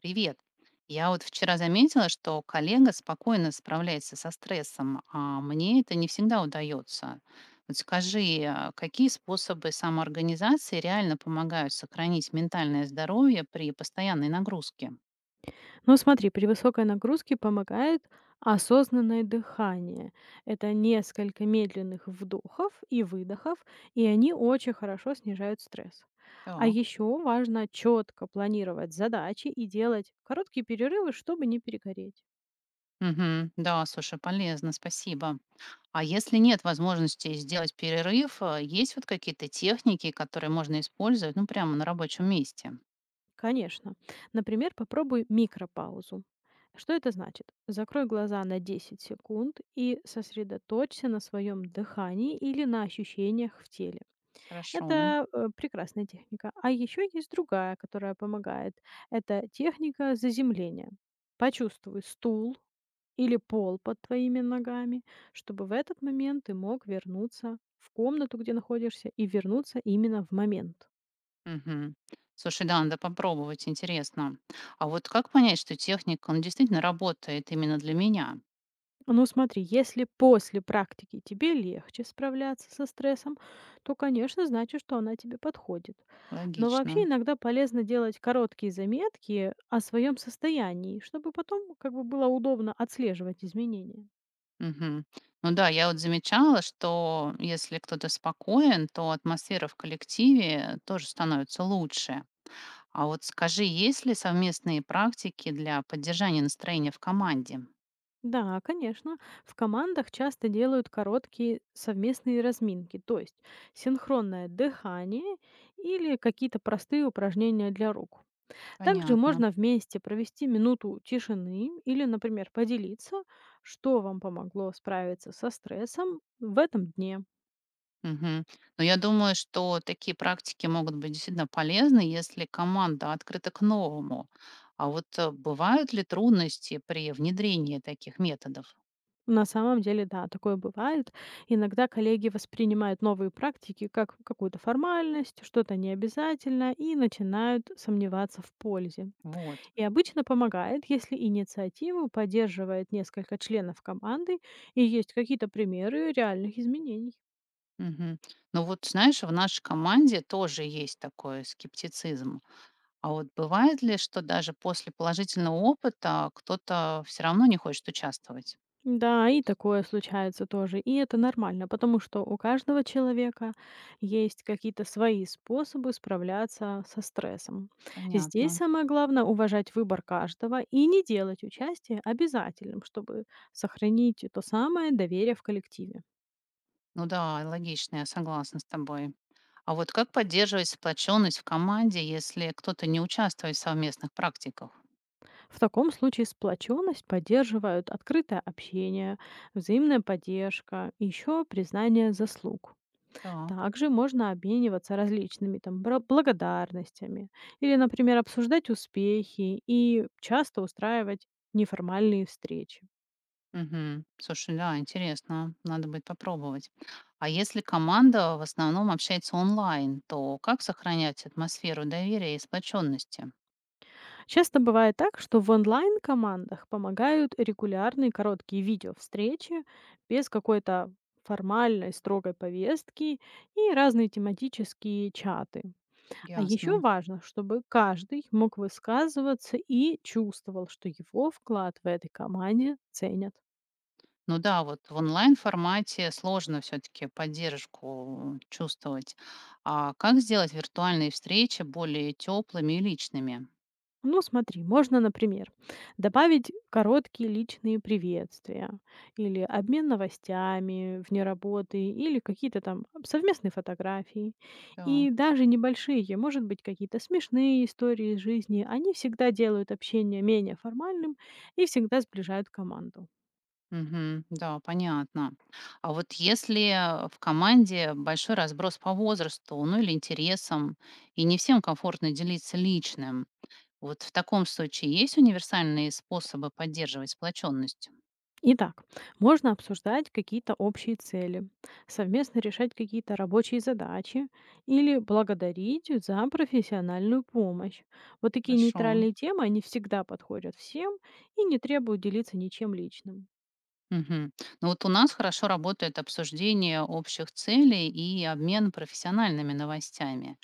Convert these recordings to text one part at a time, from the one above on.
Привет. Я вот вчера заметила, что коллега спокойно справляется со стрессом, а мне это не всегда удается. Вот скажи, а какие способы самоорганизации реально помогают сохранить ментальное здоровье при постоянной нагрузке? Ну, смотри, при высокой нагрузке помогает осознанное дыхание. Это несколько медленных вдохов и выдохов, и они очень хорошо снижают стресс. А Так. еще важно четко планировать задачи и делать короткие перерывы, чтобы не перегореть. Мгм. Да, слушай, полезно, спасибо. А если нет возможности сделать перерыв, а есть вот какие-то техники, которые можно использовать, ну, прямо на рабочем месте? Конечно. Например, попробуй микропаузу. Что это значит? Закрой глаза на 10 секунд и сосредоточься на своем дыхании или на ощущениях в теле. Хорошо. Это, прекрасная техника. А еще есть другая, которая помогает. Это техника заземления. Почувствуй стул или пол под твоими ногами, чтобы в этот момент ты мог вернуться в комнату, где находишься, и вернуться именно в момент. Мгм. Слушай, да, надо попробовать, интересно. А вот как понять, что техник, он действительно работает именно для меня? Ну, смотри, если после практики тебе легче справляться со стрессом, то, конечно, значит, что она тебе подходит. Но вообще Логично. иногда полезно делать короткие заметки о своем состоянии, чтобы потом как бы было удобно отслеживать изменения. Мгм. Ну да, я вот замечала, что если кто-то спокоен, то атмосфера в коллективе тоже становится лучше. А вот скажи, есть ли совместные практики для поддержания настроения в команде? Да, конечно, в командах часто делают короткие совместные разминки, то есть синхронное дыхание или какие-то простые упражнения для рук. Также Понятно. можно вместе провести минуту тишины или, например, поделиться, что вам помогло справиться со стрессом в этом дне. Мгм. Но я думаю, что такие практики могут быть действительно полезны, если команда открыта к новому. А вот бывают ли трудности при внедрении таких методов? На самом деле, да, такое бывает. Иногда коллеги воспринимают новые практики как какую-то формальность, что-то необязательно, и начинают сомневаться в пользе. Вот. И обычно помогает, если инициативу поддерживает несколько членов команды и есть какие-то примеры реальных изменений. Мгм. Ну вот, знаешь, в нашей команде тоже есть такой скептицизм. А вот бывает ли, что даже после положительного опыта кто-то все равно не хочет участвовать? Да, и такое случается тоже. И это нормально, потому что у каждого человека есть какие-то свои способы справляться со стрессом. Здесь Понятно. самое главное уважать выбор каждого и не делать участие обязательным, чтобы сохранить то самое доверие в коллективе. Ну да, логично, я согласна с тобой. А вот как поддерживать сплоченность в команде, если кто-то не участвует в совместных практиках? В таком случае сплоченность поддерживают открытое общение, взаимная поддержка и еще признание заслуг. Так. Также можно обмениваться различными там благодарностями или, например, обсуждать успехи и часто устраивать неформальные встречи. Мгм. Слушай, да, интересно. Надо будет попробовать. А если команда в основном общается онлайн, то как сохранять атмосферу доверия и сплоченности? Часто бывает так, что в онлайн-командах помогают регулярные короткие видео-встречи без какой-то формальной, строгой повестки и разные тематические чаты. А Ясно. еще важно, чтобы каждый мог высказываться и чувствовал, что его вклад в этой команде ценят. Ну да, вот в онлайн-формате сложно все-таки поддержку чувствовать. А как сделать виртуальные встречи более теплыми и личными? Ну, смотри, можно, например, добавить короткие личные приветствия или обмен новостями вне работы или какие-то там совместные фотографии. И даже небольшие, может быть, какие-то смешные истории из жизни, они всегда делают общение менее формальным и всегда сближают команду. Мгм. Да, понятно. А вот если в команде большой разброс по возрасту, ну или интересам, и не всем комфортно делиться личным, вот в таком случае есть универсальные способы поддерживать сплоченность? Итак, можно обсуждать какие-то общие цели, совместно решать какие-то рабочие задачи или благодарить за профессиональную помощь. Вот такие Хорошо. нейтральные темы, они всегда подходят всем и не требуют делиться ничем личным. Мгм. Ну вот у нас хорошо работает обсуждение общих целей и обмен профессиональными новостями.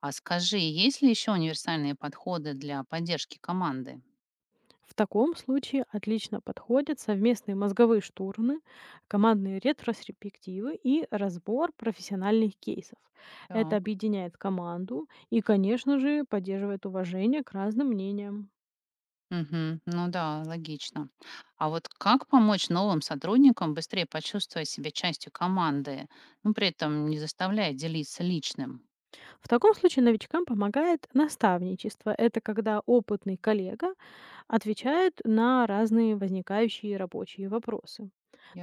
А скажи, есть ли еще универсальные подходы для поддержки команды? В таком случае отлично подходят совместные мозговые штурмы, командные ретроспективы и разбор профессиональных кейсов. Это объединяет команду и, конечно же, поддерживает уважение к разным мнениям. Мгм. Ну да, логично. А вот как помочь новым сотрудникам быстрее почувствовать себя частью команды, ну, при этом не заставляя делиться личным? В таком случае новичкам помогает наставничество. Это когда опытный коллега отвечает на разные возникающие рабочие вопросы.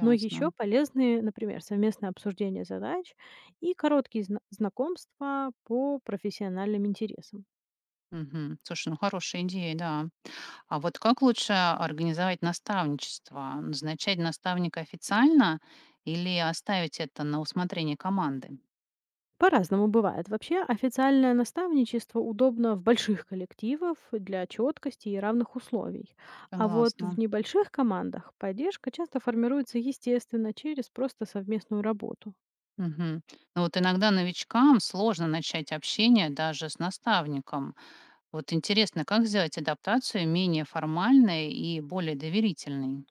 Но еще полезны, например, совместное обсуждение задач и короткие знакомства по профессиональным интересам. Мгм. Слушай, ну хорошая идея, да. А вот как лучше организовать наставничество? Назначать наставника официально или оставить это на усмотрение команды? По-разному бывает. Вообще официальное наставничество удобно в больших коллективах для четкости и равных условий. А вот в Согласна. небольших командах поддержка часто формируется естественно через просто совместную работу. Мгм. Ну вот иногда новичкам сложно начать общение даже с наставником. Вот интересно, как сделать адаптацию менее формальной и более доверительной?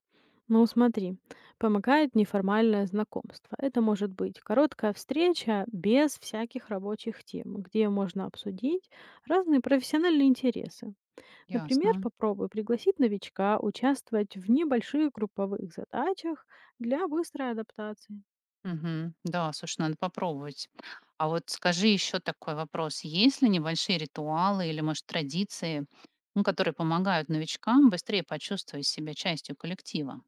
Ну, смотри, помогает неформальное знакомство. Это может быть короткая встреча без всяких рабочих тем, где можно обсудить разные профессиональные интересы. Например, Ясно. попробуй пригласить новичка участвовать в небольших групповых задачах для быстрой адаптации. Мгм. Да, слушай, надо попробовать. А вот скажи еще такой вопрос. Есть ли небольшие ритуалы или, может, традиции, ну, которые помогают новичкам быстрее почувствовать себя частью коллектива?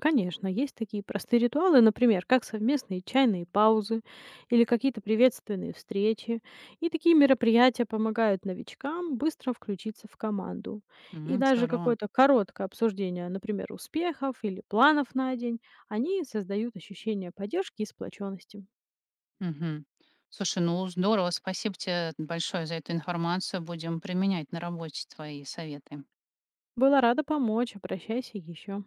Конечно, есть такие простые ритуалы, например, как совместные чайные паузы или какие-то приветственные встречи. И такие мероприятия помогают новичкам быстро включиться в команду. И Мгм, даже здорово. какое-то короткое обсуждение, например, успехов или планов на день, они создают ощущение поддержки и сплоченности. Мгм. Слушай, ну здорово, спасибо тебе большое за эту информацию. Будем применять на работе твои советы. Была рада помочь, обращайся еще.